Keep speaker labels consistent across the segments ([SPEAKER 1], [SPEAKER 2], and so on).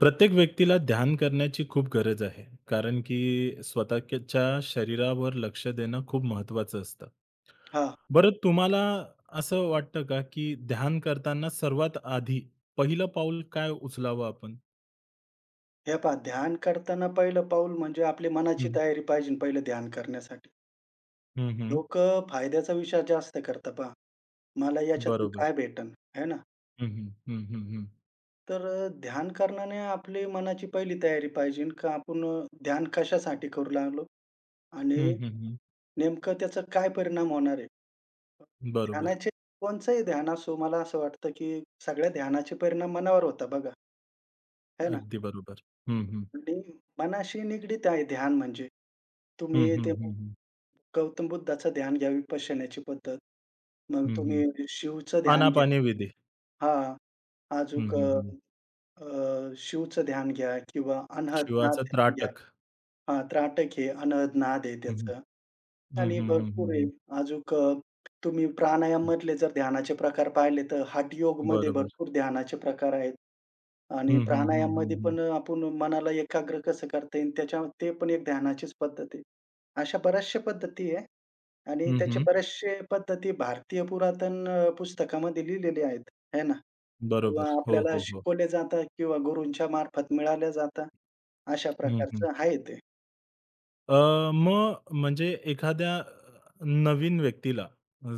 [SPEAKER 1] प्रत्येक व्यक्तीला ध्यान करण्याची खूप गरज आहे. कारण की स्वतःच्या शरीरावर लक्ष देणं खूप महत्त्वाचं असतं.
[SPEAKER 2] हां.
[SPEAKER 1] बरं तुम्हाला असं वाटतं का, की ध्यान करताना सर्वात आधी पहिलं पाऊल काय उचलावं आपण?
[SPEAKER 2] हे पहा ध्यान करताना पहिलं पाऊल म्हणजे आपली मनाची
[SPEAKER 1] हं,
[SPEAKER 2] तयारी पाहिजे पहिलं ध्यान करण्यासाठी.
[SPEAKER 1] हं, हं.
[SPEAKER 2] लोकं फायद्याचा विचार जास्त करतात पहा. मला याच्यातून
[SPEAKER 1] बरोबर.
[SPEAKER 2] काय भेटेल, आहे ना?
[SPEAKER 1] हं, हं. हं, हं, हं.
[SPEAKER 2] तर ध्यान करण्याने आपली मनाची पहिली तयारी पाहिजे का आपण ध्यान कशासाठी करू लागलो आणि
[SPEAKER 1] हं, हं,
[SPEAKER 2] नेमकं त्याचा काय परिणाम होणार आहे?
[SPEAKER 1] बरोबर.
[SPEAKER 2] ध्यानाचे कोणचंही ध्यान असो मला असं वाटतं, की सगळ्या ध्यानाचे परिणाम मनावर होता बघा, आहे ना?
[SPEAKER 1] अगदी बरोबर. हं, हं.
[SPEAKER 2] आणि मनाशी निगडीत आहे ध्यान म्हणजे.
[SPEAKER 1] हं,
[SPEAKER 2] तुम्ही
[SPEAKER 1] हं,
[SPEAKER 2] ते
[SPEAKER 1] हं, हं.
[SPEAKER 2] गौतम बुद्धाचं ध्यान घ्या, विपश्यनाची पद्धत. मग
[SPEAKER 1] हं,
[SPEAKER 2] तुम्ही शिवचं ध्यान घ्या.
[SPEAKER 1] आनापानी विधी.
[SPEAKER 2] हां.
[SPEAKER 1] हं,
[SPEAKER 2] अजूक
[SPEAKER 1] हं, हं.
[SPEAKER 2] शिवचं ध्यान घ्या किंवा अनहद नाद
[SPEAKER 1] शिवाचा
[SPEAKER 2] ध्यान घ्या.
[SPEAKER 1] त्राटक.
[SPEAKER 2] हां, त्राटक आहे, अनहद नाद आहे
[SPEAKER 1] हं, हं.
[SPEAKER 2] त्याचं
[SPEAKER 1] हं,
[SPEAKER 2] आणि
[SPEAKER 1] हं, हं,
[SPEAKER 2] भरपूर आहे.
[SPEAKER 1] हं,
[SPEAKER 2] अजूक तुम्ही प्राणायाममधले जर ध्यानाचे प्रकार पाहिले तर हठयोगमध्ये
[SPEAKER 1] बरोबर.
[SPEAKER 2] भरपूर ध्यानाचे प्रकार आहेत. आणि
[SPEAKER 1] हं, हं, हं, हं,
[SPEAKER 2] प्राणायाममध्ये
[SPEAKER 1] हं.
[SPEAKER 2] पण आपण मनाला एकाग्र कसं करता येईल त्याच्या ते पण एक ध्यानाचीच पद्धत आहे. अशा बऱ्याचशा पद्धती आहे आणि
[SPEAKER 1] हं,
[SPEAKER 2] त्याचे
[SPEAKER 1] हं.
[SPEAKER 2] बरेचसे पद्धती भारतीय पुरातन पुस्तकामध्ये लिहिलेले आहेत, है ना? किंवा
[SPEAKER 1] बरोबर. हो,
[SPEAKER 2] आपल्याला
[SPEAKER 1] हो, हो.
[SPEAKER 2] शिकवले जातात किंवा गुरूंच्या मार्फत मिळाल्या जातात. अशा
[SPEAKER 1] हं, हं.
[SPEAKER 2] प्रकारचं आहे ते.
[SPEAKER 1] अ, मग म्हणजे एखाद्या नवीन व्यक्तीला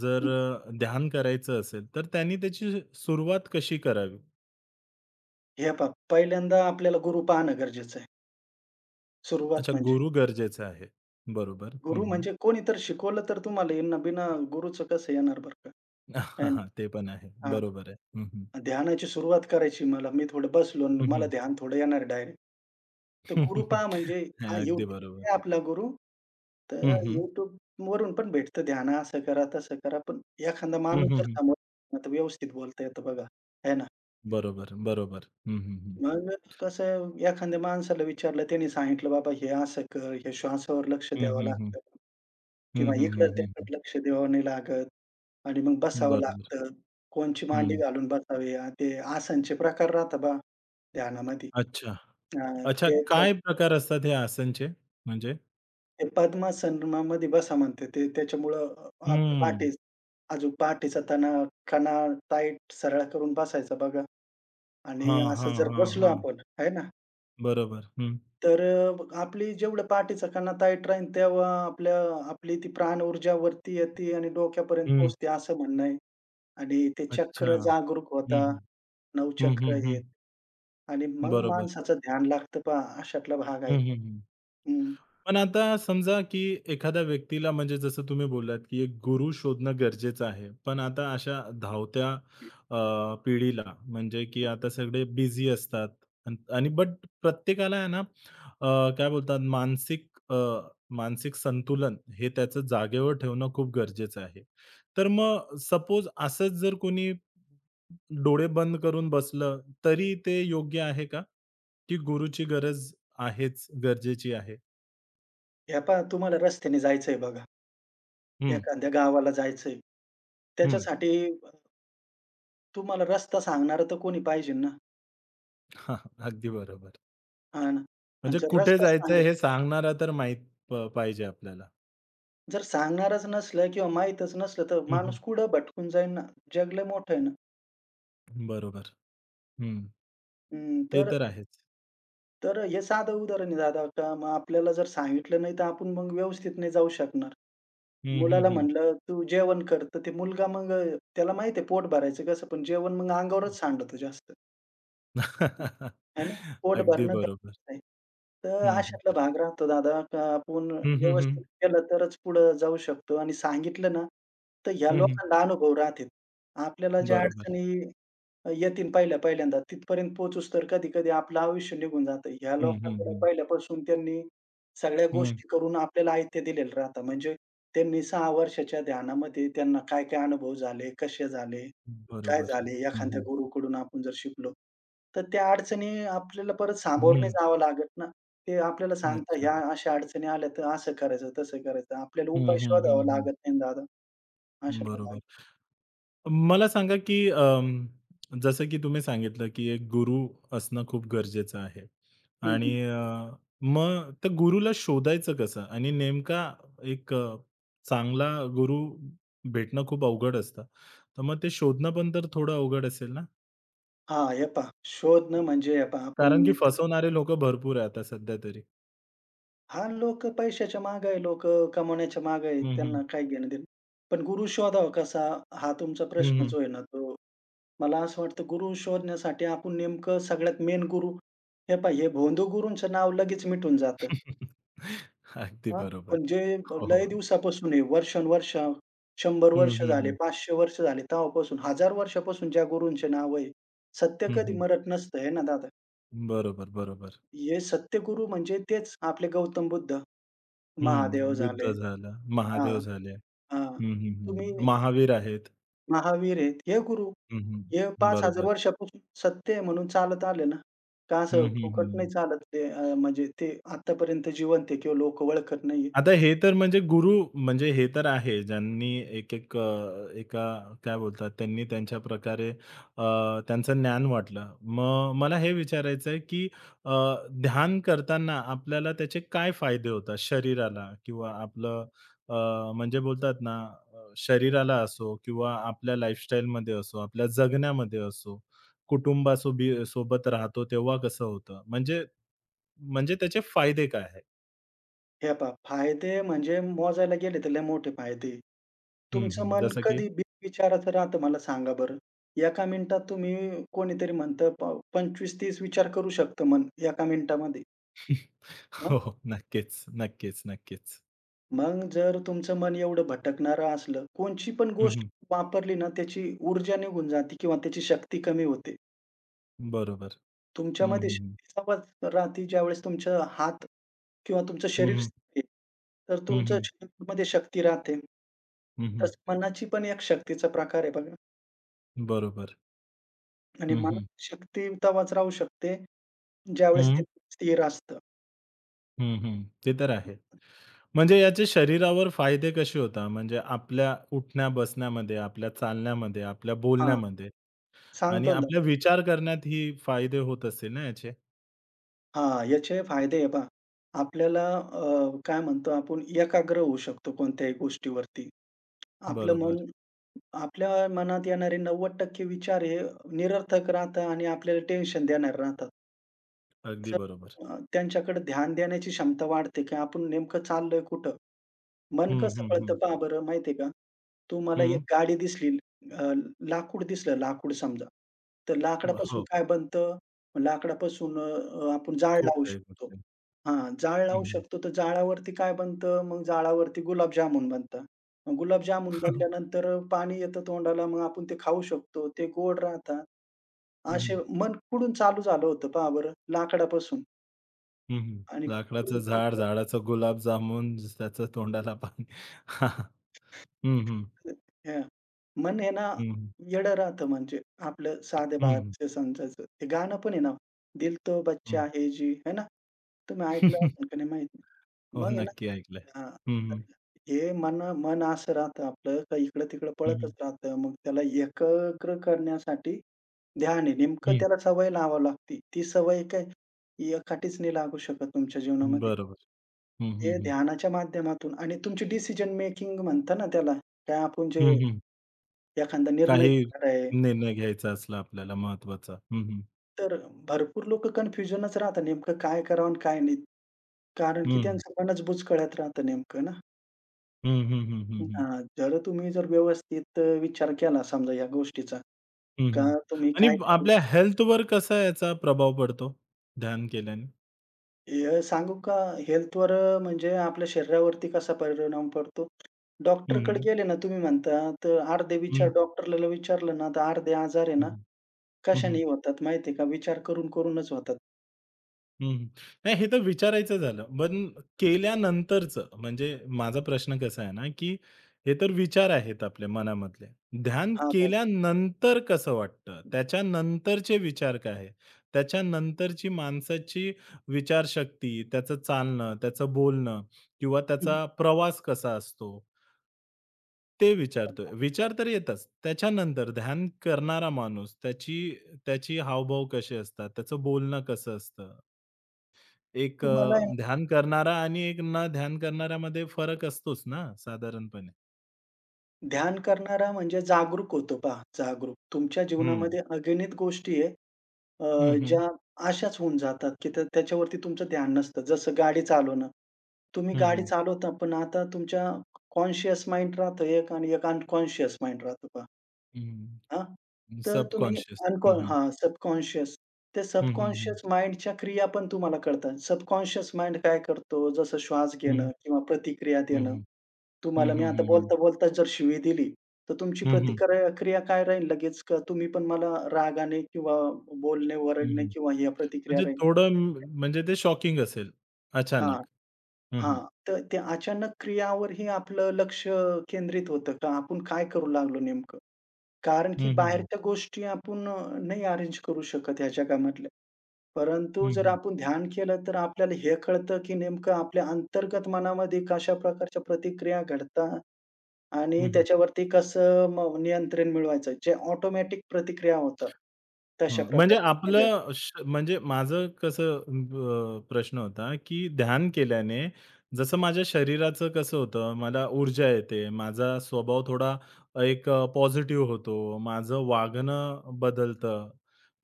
[SPEAKER 1] जर
[SPEAKER 2] हं.
[SPEAKER 1] ध्यान करायचं असेल, तर त्यांनी त्याची सुरुवात कशी करावी?
[SPEAKER 2] हे पहा पहिल्यांदा आपल्याला गुरु पाहणं गरजेचं आहे. सुरुवात
[SPEAKER 1] अच्छा,
[SPEAKER 2] म्हणजे
[SPEAKER 1] गुरु गरजेचा आहे. बरोबर. हं,
[SPEAKER 2] गुरु
[SPEAKER 1] हं.
[SPEAKER 2] म्हणजे कोणी तर शिकवलं तर तुम्हाला येईल ना, बिना गुरूचं कसं येणार बरं का? आहे
[SPEAKER 1] हां,
[SPEAKER 2] ना?
[SPEAKER 1] हां. ते पण आहे. बरोबर आहे. हं, हं.
[SPEAKER 2] ध्यानाची सुरुवात करायची मला. मी थोडं बसलो आणि
[SPEAKER 1] हं,
[SPEAKER 2] मला
[SPEAKER 1] हं.
[SPEAKER 2] ध्यान थोडं येणार डायरेक्ट. तर गुरु पहा म्हणजे
[SPEAKER 1] हां,
[SPEAKER 2] हा
[SPEAKER 1] अगदी
[SPEAKER 2] YouTube
[SPEAKER 1] बरोबर.
[SPEAKER 2] आहे आपला गुरु. तर
[SPEAKER 1] हं, हं.
[SPEAKER 2] YouTubeवरून पण भेटतं ध्यान असं करा, तसं करा. पण एखादा
[SPEAKER 1] हं,
[SPEAKER 2] माणूस
[SPEAKER 1] हं,
[SPEAKER 2] जर
[SPEAKER 1] हं.
[SPEAKER 2] समोर आता व्यवस्थित बोलता येतं बघा, आहे ना.
[SPEAKER 1] बरोबर, बरोबर. हं, हं, हं.
[SPEAKER 2] मग कसं एखाद्या माणसाला विचारलं, त्याने सांगितलं, "बाबा हे असं कर, हे श्वासावर लक्ष
[SPEAKER 1] हं,
[SPEAKER 2] द्यावं
[SPEAKER 1] हं, हं.
[SPEAKER 2] लागतं
[SPEAKER 1] हं,
[SPEAKER 2] किंवा
[SPEAKER 1] हं, हं, हं, हं.
[SPEAKER 2] इकडं-तिकडं लक्ष द्यावं नाही लागत आणि मग बसावं
[SPEAKER 1] बरोबर.
[SPEAKER 2] लागतं. कोणची मांडी
[SPEAKER 1] हं.
[SPEAKER 2] घालून बसावी." ते आसनचे प्रकार राहता पहा ध्यानामध्ये.
[SPEAKER 1] अच्छा.
[SPEAKER 2] हां,
[SPEAKER 1] अच्छा,
[SPEAKER 2] ते प्र
[SPEAKER 1] काय प्रकार असतात हे आसनचे म्हणजे?
[SPEAKER 2] ते पद्मासनामध्ये बसा म्हणते ते. त्याच्यामुळं आपलं
[SPEAKER 1] हं.
[SPEAKER 2] पहाटेच अजून पहाटेचा तना कणा टाईट सरळ करून बसायचा बघा आणि
[SPEAKER 1] हां,
[SPEAKER 2] असं
[SPEAKER 1] हां,
[SPEAKER 2] जर
[SPEAKER 1] हां,
[SPEAKER 2] बसलो
[SPEAKER 1] हां.
[SPEAKER 2] आपण, आहे ना,
[SPEAKER 1] बरोबर. हं,
[SPEAKER 2] तर आपली जेवढं पहाटेचा कणा टाईट राहील तेव्हा आपल्या आपली ती प्राणऊर्जा वरती येते आणि डोक्यापर्यंत
[SPEAKER 1] हं.
[SPEAKER 2] पोहोचते असं म्हणणं आहे. आणि ते
[SPEAKER 1] अच्छा.
[SPEAKER 2] चक्र
[SPEAKER 1] हं,
[SPEAKER 2] जागरूक होता,
[SPEAKER 1] हं. हं, हं,
[SPEAKER 2] नवचक्र
[SPEAKER 1] हं.
[SPEAKER 2] येत आणि मग
[SPEAKER 1] बरोबर.
[SPEAKER 2] माणसाचं ध्यान लागतं पहा अशातला भाग
[SPEAKER 1] हं,
[SPEAKER 2] आहे तो.
[SPEAKER 1] हं, हं.
[SPEAKER 2] हं.
[SPEAKER 1] पण आता समजा, की एखाद्या व्यक्तीला म्हणजे जसं तुम्ही बोललात, की एक गुरु शोधणं गरजेचं आहे. पण आता अशा धावत्या पिढीला म्हणजे की आता सगळे बिझी असतात आणि बट प्रत्येकाला आहे ना काय बोलतात अ, मानसिक संतुलन हे त्याचं जागेवर ठेवणं खूप गरजेचं आहे. तर मग सपोज असंच जर कोणी डोळे बंद करून बसलं, तरी ते योग्य आहे का? की गुरुची गरज आहेच, गरजेची आहे?
[SPEAKER 2] हे पहा तुम्हाला रस्त्याने जायचंय बघा. एखाद्या गावाला जायचंय.
[SPEAKER 1] हं.
[SPEAKER 2] त्याच्यासाठी तुम्हाला रस्ता सांगणारं तर कोणी पाहिजे ना.
[SPEAKER 1] अगदी बरोबर.
[SPEAKER 2] हां ना. आणि
[SPEAKER 1] म्हणजे
[SPEAKER 2] जर
[SPEAKER 1] कुठे
[SPEAKER 2] रस्ताच
[SPEAKER 1] जायचंय
[SPEAKER 2] सांगेल
[SPEAKER 1] हे सांगणारा तर माहीत पाहिजे आपल्याला.
[SPEAKER 2] जर सांगणारच नसलं किंवा माहीतच नसलं, तर
[SPEAKER 1] हं, हं.
[SPEAKER 2] माणूस कुठं भटकून जाईल ना. जग लय मोठं आहे ना.
[SPEAKER 1] बरोबर. हं.
[SPEAKER 2] हं,
[SPEAKER 1] ते
[SPEAKER 2] तर
[SPEAKER 1] तर आहेच.
[SPEAKER 2] तर हे साधं उदाहरण आहे दादा. का मग आपल्याला जर सांगितलं नाही, तर आपण मग व्यवस्थित नाही जाऊ शकणार.
[SPEAKER 1] हं,
[SPEAKER 2] मुलाला
[SPEAKER 1] हं, हं.
[SPEAKER 2] म्हणलं, "तू जेवण कर." तर ते मुलगा मग त्याला माहिती आहे पोट भरायचं कसं, पण जेवण मग अंगावरच सांडतं जास्त. आहे ना? पोट
[SPEAKER 1] अगदी
[SPEAKER 2] भरणं
[SPEAKER 1] बरोबर.
[SPEAKER 2] गरजेचं आहे. तर
[SPEAKER 1] हं, हं.
[SPEAKER 2] अशातला भाग राहतो दादा, का आपण
[SPEAKER 1] हं, हं, हं.
[SPEAKER 2] व्यवस्थित केलं तरच पुढं जाऊ शकतो आणि सांगितलं ना, तर ह्या
[SPEAKER 1] हं,
[SPEAKER 2] लोकांना अनुभव राहतील. आपल्याला ज्या
[SPEAKER 1] बरोबर.
[SPEAKER 2] अडचणी येतील पहिल्या पहिल्यांदा तिथपर्यंत पोहोचूस तर कधी-कधी आपलं आयुष्य निघून जातं. ह्या
[SPEAKER 1] हं, हं,
[SPEAKER 2] लोकांकडे
[SPEAKER 1] हं.
[SPEAKER 2] पहिल्यापासून त्यांनी सगळ्या
[SPEAKER 1] हं.
[SPEAKER 2] गोष्टी करून आपल्याला आयत्या दिलेलं राहतं. म्हणजे त्यांनी 6 वर्षाच्या ध्यानामध्ये त्यांना काय-काय अनुभव झाले, कसे झाले काय
[SPEAKER 1] बरोबर.
[SPEAKER 2] झाले,
[SPEAKER 1] हं,
[SPEAKER 2] एखाद्या
[SPEAKER 1] हं.
[SPEAKER 2] गुरूकडून आपण जर शिकलो, तर त्या अडचणी आपल्याला परत सामोरं नाही
[SPEAKER 1] हं.
[SPEAKER 2] जावं लागत ना. ते आपल्याला सांगतात,
[SPEAKER 1] अच्छा.
[SPEAKER 2] ह्या अशा अडचणी आल्या तर असं करायचं, तसं करायचं. आपल्याला
[SPEAKER 1] हं,
[SPEAKER 2] उपाय
[SPEAKER 1] हं, हं,
[SPEAKER 2] शोधावा
[SPEAKER 1] हं.
[SPEAKER 2] लागत नाही ना दादा, अशातला भाग आहे.
[SPEAKER 1] बरोबर. मला सांगा, की जसं की तुम्ही सांगितलं, की एक गुरु असणं खूप गरजेचं आहे
[SPEAKER 2] हं, हं.
[SPEAKER 1] आणि मग त्या गुरूला शोधायचं कसं? आणि नेमका एक चांगला गुरु भेटणं खूप अवघड असतं. तर मग ते शोधणं पण तर थोडं अवघड असेल ना?
[SPEAKER 2] हे पहा शोधणं म्हणजे हे पहा आपण
[SPEAKER 1] कारण की
[SPEAKER 2] मित्र
[SPEAKER 1] फसवणारे लोकं भरपूर आहे आता सध्या तरी.
[SPEAKER 2] हां, लोकं पैशाच्या मागे आहे, लोकं कमवण्याच्या मागे आहे,
[SPEAKER 1] हं,
[SPEAKER 2] त्यांना
[SPEAKER 1] हं.
[SPEAKER 2] काय घेणं-देणं. पण गुरु शोधावा कसा हा तुमचा
[SPEAKER 1] हं,
[SPEAKER 2] प्रश्न
[SPEAKER 1] हं.
[SPEAKER 2] जो आहे ना तो मला असं वाटतं गुरु शोधण्यासाठी आपण नेमकं सगळ्यात मेन गुरु हे पहा हे भोंदू गुरूंचं नाव लगेच मिटून जातं.
[SPEAKER 1] अगदी
[SPEAKER 2] हां,
[SPEAKER 1] बरोबर.
[SPEAKER 2] पण जे
[SPEAKER 1] हो,
[SPEAKER 2] लय
[SPEAKER 1] हो.
[SPEAKER 2] दिवसापासून आहे वर्षानुवर्ष 100
[SPEAKER 1] हं,
[SPEAKER 2] वर्ष
[SPEAKER 1] हं,
[SPEAKER 2] झाले,
[SPEAKER 1] हं.
[SPEAKER 2] 500 वर्ष झाले तेव्हापासून, 1000 वर्षापासून ज्या गुरूंचे नाव आहे, सत्य
[SPEAKER 1] हं,
[SPEAKER 2] कधी
[SPEAKER 1] हं.
[SPEAKER 2] मरत नसतं आहे ना दादा.
[SPEAKER 1] बरोबर, बरोबर.
[SPEAKER 2] हे सत्य गुरु म्हणजे तेच आपले गौतम बुद्ध,
[SPEAKER 1] हं.
[SPEAKER 2] महादेव झाले.
[SPEAKER 1] बुद्ध झाला,
[SPEAKER 2] हां,
[SPEAKER 1] महादेव झाले.
[SPEAKER 2] हां.
[SPEAKER 1] हं, हं,
[SPEAKER 2] तुम्ही
[SPEAKER 1] हं. महावीर आहेत.
[SPEAKER 2] महावीर आहेत हे गुरु.
[SPEAKER 1] हं,
[SPEAKER 2] हे
[SPEAKER 1] हं.
[SPEAKER 2] 5,000
[SPEAKER 1] बरोबर.
[SPEAKER 2] वर्षापासून सत्य आहे म्हणून चालत आले ना. का
[SPEAKER 1] हं,
[SPEAKER 2] असं
[SPEAKER 1] हं,
[SPEAKER 2] फुकट नाही
[SPEAKER 1] हं.
[SPEAKER 2] चालत ते म्हणजे ते आत्तापर्यंत जिवंत आहे किंवा लोकं ओळखत नाहीये.
[SPEAKER 1] आता हे तर म्हणजे गुरु म्हणजे हे तर आहे ज्यांनी एक-एक एका काय बोलतात त्यांनी त्यांच्या प्रकारे अ, त्यांचं ज्ञान वाटलं. मग मला हे विचारायचं आहे, की अ, ध्यान करताना आपल्याला त्याचे काय फायदे होतात शरीराला किंवा आपलं अ, म्हणजे बोलतात ना शरीराला असो किंवा आपल्या लाईफस्टाईलमध्ये असो, आपल्या जगण्यामध्ये असो, सोबत राहतो तेव्हा कसं होतं? म्हणजे म्हणजे त्याचे फायदे काय आहेत?
[SPEAKER 2] हे पहा फायदे म्हणजे मोजायला गेले तर लय मोठे फायदे आहे.
[SPEAKER 1] हं,
[SPEAKER 2] तुमचं
[SPEAKER 1] हं.
[SPEAKER 2] मन
[SPEAKER 1] जसं की
[SPEAKER 2] कधी बिनविचाराचं राहतं मला सांगा बरं. एका मिनिटात तुम्ही कोणीतरी म्हणतं प 25-30 विचार करू शकतं मन एका मिनिटामध्ये.
[SPEAKER 1] हो,
[SPEAKER 2] हं.
[SPEAKER 1] हो. नक्कीच, नक्कीच, नक्कीच.
[SPEAKER 2] मग जर तुमचं मन एवढं भटकणारं असलं, कोणची पण
[SPEAKER 1] हं,
[SPEAKER 2] गोष्ट
[SPEAKER 1] हं.
[SPEAKER 2] वापरली ना त्याची ऊर्जा निघून जाते किंवा त्याची शक्ती कमी होते.
[SPEAKER 1] बरोबर. हं,
[SPEAKER 2] तुमच्यामध्ये
[SPEAKER 1] हं, हं.
[SPEAKER 2] शक्तीची आवाज राहते ज्यावेळेस तुमचं हात किंवा तुमचं
[SPEAKER 1] हं,
[SPEAKER 2] शरीर
[SPEAKER 1] हं.
[SPEAKER 2] शिकते, तर
[SPEAKER 1] हं,
[SPEAKER 2] तुमच्या
[SPEAKER 1] हं.
[SPEAKER 2] शरीरामध्ये शक्ती राहते. तसं मनाची पण एक शक्तीचा प्रकार आहे बघा
[SPEAKER 1] बरोबर.
[SPEAKER 2] आणि
[SPEAKER 1] हं, हं.
[SPEAKER 2] मनाची शक्ती तेव्हाच राहू शकते ज्यावेळेस
[SPEAKER 1] हं,
[SPEAKER 2] ते स्थिर असतं.
[SPEAKER 1] हं, हं. ते तर आहे. म्हणजे याचे शरीरावर फायदे कसे होतात? म्हणजे आपल्या उठण्या-बसण्यामध्ये, आपल्या चालण्यामध्ये, आपल्या
[SPEAKER 2] हां,
[SPEAKER 1] बोलण्यामध्ये आणि
[SPEAKER 2] सांगतो ना.
[SPEAKER 1] आपल्या विचार करण्यात ही फायदे होत असतील ना याचे?
[SPEAKER 2] हां, याचे फायदे आहे पहा. आपल्याला काय म्हणतो आपण एकाग्र होऊ शकतो कोणत्याही गोष्टीवरती. आपलं मन
[SPEAKER 1] बरोबर.
[SPEAKER 2] आपल्या मनात येणारे 90% विचार हे निरर्थक राहतात आणि आपल्याला टेन्शन देणारे राहतात.
[SPEAKER 1] अगदी
[SPEAKER 2] तर
[SPEAKER 1] बरोबर.
[SPEAKER 2] त्यांच्याकडे ध्यान देण्याची क्षमता वाढते, की आपण नेमकं चाललोय कुठं? मन
[SPEAKER 1] हं,
[SPEAKER 2] कसं
[SPEAKER 1] हं, हं.
[SPEAKER 2] कळतं पहा बरं माहिती आहे का? तुम्हाला
[SPEAKER 1] हं.
[SPEAKER 2] एक गाडी दिसली अ, लाकूड दिसलं, लाकूड समजा. तर लाकडापासून
[SPEAKER 1] हो.
[SPEAKER 2] काय बनतं? लाकडापासून आपण जाळ
[SPEAKER 1] खूप
[SPEAKER 2] लावू
[SPEAKER 1] काही
[SPEAKER 2] शकतो.
[SPEAKER 1] गोष्टी.
[SPEAKER 2] हां, जाळ
[SPEAKER 1] हं,
[SPEAKER 2] लावू
[SPEAKER 1] हं.
[SPEAKER 2] शकतो, तर जाळावरती काय बनतं? मग जाळावरती गुलाबजामुन बनतात. मग गुलाबजामुन बनल्यानंतर पाणी येतं तोंडाला, मग आपण ते खाऊ शकतो. ते गोड राहतात.
[SPEAKER 1] हं,
[SPEAKER 2] असे मन कुठून चालू झालं होतं पहा बरं? लाकडापासून.
[SPEAKER 1] हं, हं.
[SPEAKER 2] आणि
[SPEAKER 1] लाकडाचं
[SPEAKER 2] कुठपर्यंत
[SPEAKER 1] झाड,
[SPEAKER 2] पोहोचलं
[SPEAKER 1] झाडाचं गुलाबजामुन, त्याचं तोंडाला पाणी. हं, हं.
[SPEAKER 2] हां. मन आहे ना,
[SPEAKER 1] हं, हं.
[SPEAKER 2] येडं राहतं म्हणजे आपलं साध्या
[SPEAKER 1] हं,
[SPEAKER 2] भाषेत समजायचं. ते गाणं पण आहे ना, दिल तो बच्चा है जी, है ना? तुम्ही ऐकलं असेल का नाही माहीत नाही.
[SPEAKER 1] हो,
[SPEAKER 2] मग आहे ना
[SPEAKER 1] नक्की ऐकलंय.
[SPEAKER 2] हां.
[SPEAKER 1] हं,
[SPEAKER 2] तर
[SPEAKER 1] हं.
[SPEAKER 2] हे मन मन असं राहतं आपलं का इकडं-तिकडं
[SPEAKER 1] हं,
[SPEAKER 2] पळतच
[SPEAKER 1] हं.
[SPEAKER 2] राहतं. मग त्याला एकाग्र करण्यासाठी ध्यान आहे. नेमकं त्याला सवय लावावी लागते. ती सवय काय एकाठीच नाही लागू शकत तुमच्या जीवनामध्ये.
[SPEAKER 1] बरोबर. हं, हं,
[SPEAKER 2] ते
[SPEAKER 1] हं.
[SPEAKER 2] ध्यानाच्या माध्यमातून आणि तुमची डिसिजन मेकिंग म्हणता ना त्याला, काय आपण जे
[SPEAKER 1] हं, हं.
[SPEAKER 2] एखादा निर्णय
[SPEAKER 1] काही
[SPEAKER 2] घेणार आहे,
[SPEAKER 1] निर्णय घ्यायचा असला आपल्याला महत्त्वाचा. हं, हं.
[SPEAKER 2] तर भरपूर लोकं कन्फ्युजनच राहतात नेमकं काय करावं आणि काय नाही. कारण की
[SPEAKER 1] हं.
[SPEAKER 2] त्यांचं मनच बुचकळ्यात राहतं नेमकं ना.
[SPEAKER 1] हं, हं, हं, हं, हं.
[SPEAKER 2] हां, जर तुम्ही जर व्यवस्थित विचार केला समजा या गोष्टीचा, का
[SPEAKER 1] हं,
[SPEAKER 2] तुम्ही
[SPEAKER 1] आणि
[SPEAKER 2] काय कराल?
[SPEAKER 1] आपल्या हेल्थवर कसा याचा प्रभाव पडतो ध्यान केल्याने?
[SPEAKER 2] हे सांगू का हेल्थवर म्हणजे आपल्या शरीरावरती कसा परिणाम पडतो?
[SPEAKER 1] हं,
[SPEAKER 2] डॉक्टरकडे
[SPEAKER 1] हं.
[SPEAKER 2] गेले ना तुम्ही म्हणता, तर अर्धे
[SPEAKER 1] हं,
[SPEAKER 2] विचार डॉक्टरला विचारलं ना, तर अर्धे आजार आहे
[SPEAKER 1] हं,
[SPEAKER 2] ना
[SPEAKER 1] हं.
[SPEAKER 2] कशाने होतात माहिती आहे का? विचार करून, करूनच होतात.
[SPEAKER 1] हं. नाही हे तर विचारायचं झालं. पण केल्यानंतरचं म्हणजे माझा प्रश्न कसा आहे ना, की हे तर विचार आहेत आपल्या मनामधले. ध्यान
[SPEAKER 2] हां, हां.
[SPEAKER 1] केल्यानंतर कसं वाटतं? त्याच्यानंतरचे विचार काय आहे? त्याच्यानंतरची माणसाची विचारशक्ती, त्याचं चालणं, त्याचं बोलणं किंवा
[SPEAKER 2] हं.
[SPEAKER 1] त्याचा प्रवास कसा असतो? ते विचारतोय. विचार तर येतच. त्याच्यानंतर ध्यान करणारा माणूस त्याची त्याची हावभाव कसे असतात? त्याचं बोलणं कसं असतं? एक
[SPEAKER 2] तुम्हाला आहे ना,
[SPEAKER 1] ध्यान करणारा आणि एक न ध्यान करणाऱ्यामध्ये फरक असतोच ना साधारणपणे.
[SPEAKER 2] ध्यान करणारा म्हणजे जागरूक होतो पहा, जागरूक. तुमच्या
[SPEAKER 1] हं.
[SPEAKER 2] जीवनामध्ये अगणित गोष्टी आहे अ,
[SPEAKER 1] हं, हं.
[SPEAKER 2] ज्या अशाच होऊन जातात, की त्या त्याच्यावरती तुमचं ध्यान नसतं. जसं गाडी चालवणं. तुम्ही
[SPEAKER 1] हं,
[SPEAKER 2] गाडी
[SPEAKER 1] हं.
[SPEAKER 2] चालवता, पण आता तुमच्या कॉन्शियस माइंड राहतं एक आणि एक अनकॉन्शियस माइंड राहतं पहा.
[SPEAKER 1] हं,
[SPEAKER 2] हां,
[SPEAKER 1] हं.
[SPEAKER 2] तर तुम्ही
[SPEAKER 1] सबकॉन्शियस. हं,
[SPEAKER 2] अनकॉन
[SPEAKER 1] हं.
[SPEAKER 2] हां, सबकॉन्शियस. त्या
[SPEAKER 1] हं, हं, हं.
[SPEAKER 2] सबकॉन्शियस माइंडच्या क्रिया पण तुम्हाला कळतात. सबकॉन्शियस माइंड काय करतो, जसं श्वास
[SPEAKER 1] हं,
[SPEAKER 2] घेणं किंवा प्रतिक्रिया
[SPEAKER 1] हं,
[SPEAKER 2] देणं.
[SPEAKER 1] हं. हं,
[SPEAKER 2] तुम्हाला मी
[SPEAKER 1] हं,
[SPEAKER 2] आता
[SPEAKER 1] हं, हं.
[SPEAKER 2] बोलता-बोलता जर शिवी दिली, तर तुमची
[SPEAKER 1] हं, हं.
[SPEAKER 2] प्रतिक्रिया क्रिया काय राहील लगेच का तुम्ही पण मला रागाने किंवा बोलणे,
[SPEAKER 1] हं,
[SPEAKER 2] ओरडणे
[SPEAKER 1] हं.
[SPEAKER 2] किंवा ह्या प्रतिक्रिया
[SPEAKER 1] म्हणजे
[SPEAKER 2] राहील.
[SPEAKER 1] थोडं म्हणजे ते शॉकिंग असेल
[SPEAKER 2] हां,
[SPEAKER 1] अचानक. हं, हं.
[SPEAKER 2] हां. तर त्या अचानक क्रियावरही आपलं लक्ष केंद्रित होतं का आपण काय करू लागलो नेमकं? कारण
[SPEAKER 1] हं,
[SPEAKER 2] की
[SPEAKER 1] हं, हं.
[SPEAKER 2] बाहेरच्या गोष्टी आपण नाही अरेंज करू शकत ह्या जगामधल्या. परंतु
[SPEAKER 1] हं,
[SPEAKER 2] जर
[SPEAKER 1] हं.
[SPEAKER 2] आपण ध्यान केलं, तर आपल्याला हे कळतं की नेमकं आपल्या अंतर्गत मनामध्ये कशा प्रकारच्या प्रतिक्रिया घडतात
[SPEAKER 1] हं,
[SPEAKER 2] आणि
[SPEAKER 1] हं.
[SPEAKER 2] त्याच्यावरती कसं म नियंत्रण मिळवायचं. जे ऑटोमॅटिक प्रतिक्रिया होतात. तशा
[SPEAKER 1] हं, म्हणजे
[SPEAKER 2] प्रकारे.
[SPEAKER 1] आपलं श म्हणजे माझं कसं प्रश्न होता, की ध्यान केल्याने जसं माझ्या शरीराचं कसं होतं, मला ऊर्जा येते, माझा स्वभाव थोडा एक पॉझिटिव्ह होतो, माझं वागणं बदलतं,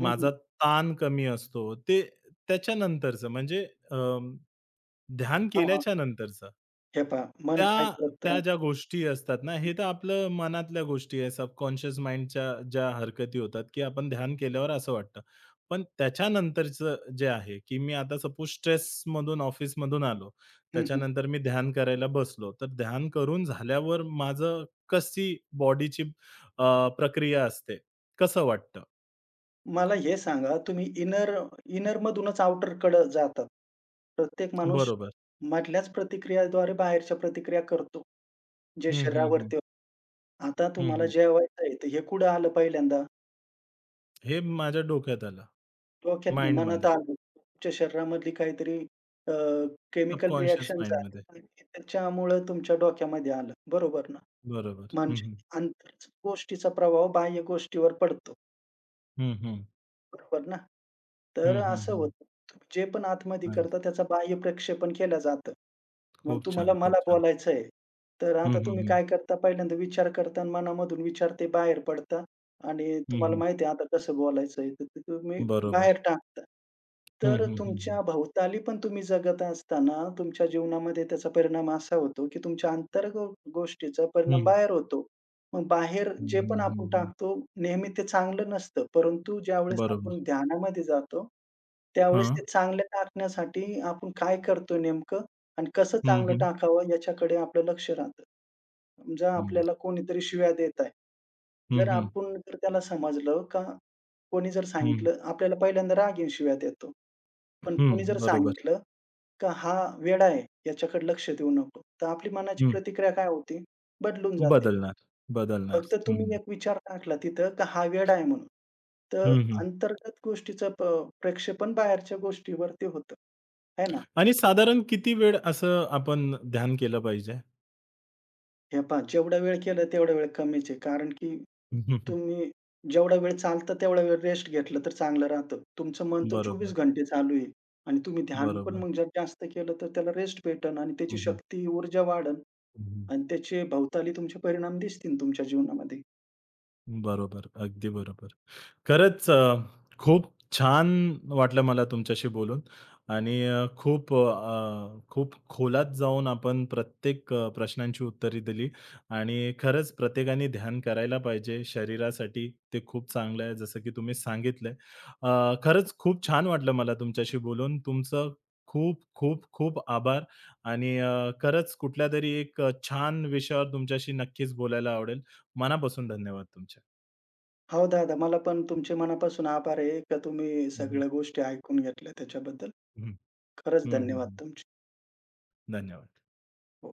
[SPEAKER 2] हं, हं.
[SPEAKER 1] माझा ताण कमी असतो. ते त्याच्यानंतरचं म्हणजे अ, ध्यान
[SPEAKER 2] हां, हां.
[SPEAKER 1] केल्याच्या नंतरचं.
[SPEAKER 2] हे पहा मन काय
[SPEAKER 1] त्या
[SPEAKER 2] करत
[SPEAKER 1] त्या
[SPEAKER 2] राहतं.
[SPEAKER 1] ज्या गोष्टी असतात ना, हे तर आपलं मनातल्या गोष्टी आहे. सबकॉन्शियस माइंडच्या ज्या हरकती होतात, की आपण ध्यान केल्यावर असं वाटतं. पण त्याच्यानंतरचं जे आहे, की मी आता सपोज स्ट्रेसमधून, ऑफिसमधून आलो. त्याच्यानंतर मी ध्यान करायला बसलो. तर ध्यान करून झाल्यावर माझं कशी बॉडीची प्रक्रिया असते, कसं वाटतं?
[SPEAKER 2] मला हे सांगा, तुम्ही इनर इनरमधूनच आउटरकडे जातात. प्रत्येक माणूस
[SPEAKER 1] बरोबर.
[SPEAKER 2] मधल्याच प्रतिक्रियाद्वारे बाहेरच्या प्रतिक्रिया करतो, जे
[SPEAKER 1] हं, हं, हं.
[SPEAKER 2] शरीरावरती होतं. आता
[SPEAKER 1] हं,
[SPEAKER 2] तुम्हाला
[SPEAKER 1] हं.
[SPEAKER 2] जेवायचं आहे, तर हे कुठं आलं पहिल्यांदा?
[SPEAKER 1] हे माझ्या डोक्यात आलं,
[SPEAKER 2] डोक्यात नाही, मनात
[SPEAKER 1] माइंडमध्ये,
[SPEAKER 2] आलं. तुमच्या शरीरामधली काहीतरी अ, केमिकल
[SPEAKER 1] सबकॉन्शियस
[SPEAKER 2] रिएक्शन झाली
[SPEAKER 1] माइंडमध्ये.
[SPEAKER 2] आणि त्याच्यामुळं तुमच्या डोक्यामध्ये आलं. बरोबर ना?
[SPEAKER 1] बरोबर. हं,
[SPEAKER 2] म्हणजे
[SPEAKER 1] हं.
[SPEAKER 2] आंतरिक गोष्टीचा प्रभाव बाह्य गोष्टीवर पडतो.
[SPEAKER 1] हं, हं.
[SPEAKER 2] बरोबर ना. तर
[SPEAKER 1] हं,
[SPEAKER 2] असं
[SPEAKER 1] हं,
[SPEAKER 2] होतं, तुम्ही जे पण आतमध्ये
[SPEAKER 1] हां,
[SPEAKER 2] करता त्याचं बाह्य प्रक्षेपण केलं जातं. मग
[SPEAKER 1] खूप छान,
[SPEAKER 2] तुम्हाला
[SPEAKER 1] खूप
[SPEAKER 2] मला
[SPEAKER 1] छान.
[SPEAKER 2] बोलायचं आहे. तर
[SPEAKER 1] हं,
[SPEAKER 2] आता
[SPEAKER 1] हं,
[SPEAKER 2] तुम्ही
[SPEAKER 1] हं.
[SPEAKER 2] काय करता पहिल्यांदा विचार करता आणि मनामधून विचार ते बाहेर पडतात आणि
[SPEAKER 1] हं,
[SPEAKER 2] तुम्हाला
[SPEAKER 1] हं.
[SPEAKER 2] माहिती आहे आता कसं बोलायचं आहे, तर ते तुम्ही
[SPEAKER 1] बरोबर.
[SPEAKER 2] बाहेर टाकता.
[SPEAKER 1] हं,
[SPEAKER 2] तर
[SPEAKER 1] हं, हं, हं.
[SPEAKER 2] तुमच्या भोवताली पण तुम्ही जगत असताना तुमच्या जीवनामध्ये त्याचा परिणाम असा होतो, की तुमच्या अंतर्गत गोष्टीचा परिणाम
[SPEAKER 1] हं.
[SPEAKER 2] बाहेर होतो. मग बाहेर
[SPEAKER 1] हं,
[SPEAKER 2] जे पण
[SPEAKER 1] हं, हं,
[SPEAKER 2] आपण
[SPEAKER 1] हं.
[SPEAKER 2] टाकतो, नेहमी ते चांगलं नसतं. परंतु ज्यावेळेस
[SPEAKER 1] बरोबर.
[SPEAKER 2] आपण ध्यानामध्ये जातो, त्यावेळेस
[SPEAKER 1] हां.
[SPEAKER 2] ते चांगलं टाकण्यासाठी आपण काय करतो नेमकं आणि कसं
[SPEAKER 1] हं,
[SPEAKER 2] चांगलं
[SPEAKER 1] हं.
[SPEAKER 2] टाकावं याच्याकडे आपलं लक्ष राहतं. समजा
[SPEAKER 1] हं.
[SPEAKER 2] आपल्याला कोणीतरी शिव्या देत आहे.
[SPEAKER 1] हं,
[SPEAKER 2] जर
[SPEAKER 1] हं.
[SPEAKER 2] आपण जर त्याला समजलं का कोणी जर
[SPEAKER 1] हं.
[SPEAKER 2] सांगितलं आपल्याला पहिल्यांदा राग येऊन शिव्या देतो. पण
[SPEAKER 1] हं.
[SPEAKER 2] कोणी जर
[SPEAKER 1] बरोबर.
[SPEAKER 2] सांगितलं का "हा वेडा आहे, याच्याकडे लक्ष देऊ नको." तर आपली मनाची
[SPEAKER 1] हं.
[SPEAKER 2] प्रतिक्रिया काय होती? बदलून जाते.
[SPEAKER 1] बदलणार, बदलणार.
[SPEAKER 2] फक्त तुम्ही
[SPEAKER 1] हं.
[SPEAKER 2] एक विचार टाकला तिथं का हा वेडा आहे म्हणून. तर
[SPEAKER 1] हं, हं.
[SPEAKER 2] अंतर्गत गोष्टीचं प प्रक्षेपण बाहेरच्या गोष्टीवरती होतं. आहे ना?
[SPEAKER 1] आणि साधारण किती वेळ असं आपण ध्यान केलं पाहिजे?
[SPEAKER 2] हे पहा जेवढा वेळ केलं तेवढा वेळ कमीच आहे. कारण की तुम्ही जेवढा वेळ चालतं तेवढा वेळ रेस्ट घेतलं तर चांगलं राहतं. तुमचं मन तर 24
[SPEAKER 1] बरोबर,
[SPEAKER 2] घंटे चालू आहे आणि तुम्ही ध्यान पण
[SPEAKER 1] बरोबर.
[SPEAKER 2] मग जर जास्त केलं तर त्याला रेस्ट भेटेल आणि त्याची
[SPEAKER 1] हं, हं.
[SPEAKER 2] शक्ती, ऊर्जा वाढेल
[SPEAKER 1] हं, हं.
[SPEAKER 2] आणि त्याचे भोवताली तुमचे परिणाम दिसतील तुमच्या जीवनामध्ये.
[SPEAKER 1] बरोबर. अगदी बरोबर. खरंच खूप छान वाटलं मला तुमच्याशी बोलून आणि खूप खोलात जाऊन आपण प्रत्येक प्रश्नांची उत्तरे दिली आणि खरंच प्रत्येकाने ध्यान करायला पाहिजे. शरीरासाठी ते खूप चांगलं आहे जसं की तुम्ही सांगितलंय. खरंच खूप छान वाटलं मला तुमच्याशी बोलून. तुमचं खूप, खूप, खूप आभार आणि खरंच कुठल्यातरी एक छान विषयावर तुमच्याशी नक्कीच बोलायला आवडेल. मनापासून धन्यवाद तुमचे.
[SPEAKER 2] हो दादा, मला पण तुमचे मनापासून आभार आहे, का तुम्ही
[SPEAKER 1] हं, हं.
[SPEAKER 2] सगळ्या गोष्टी ऐकून घेतल्या त्याच्याबद्दल. खरंच
[SPEAKER 1] हं, हं,
[SPEAKER 2] धन्यवाद
[SPEAKER 1] हं.
[SPEAKER 2] तुमचे.
[SPEAKER 1] धन्यवाद.
[SPEAKER 2] हो.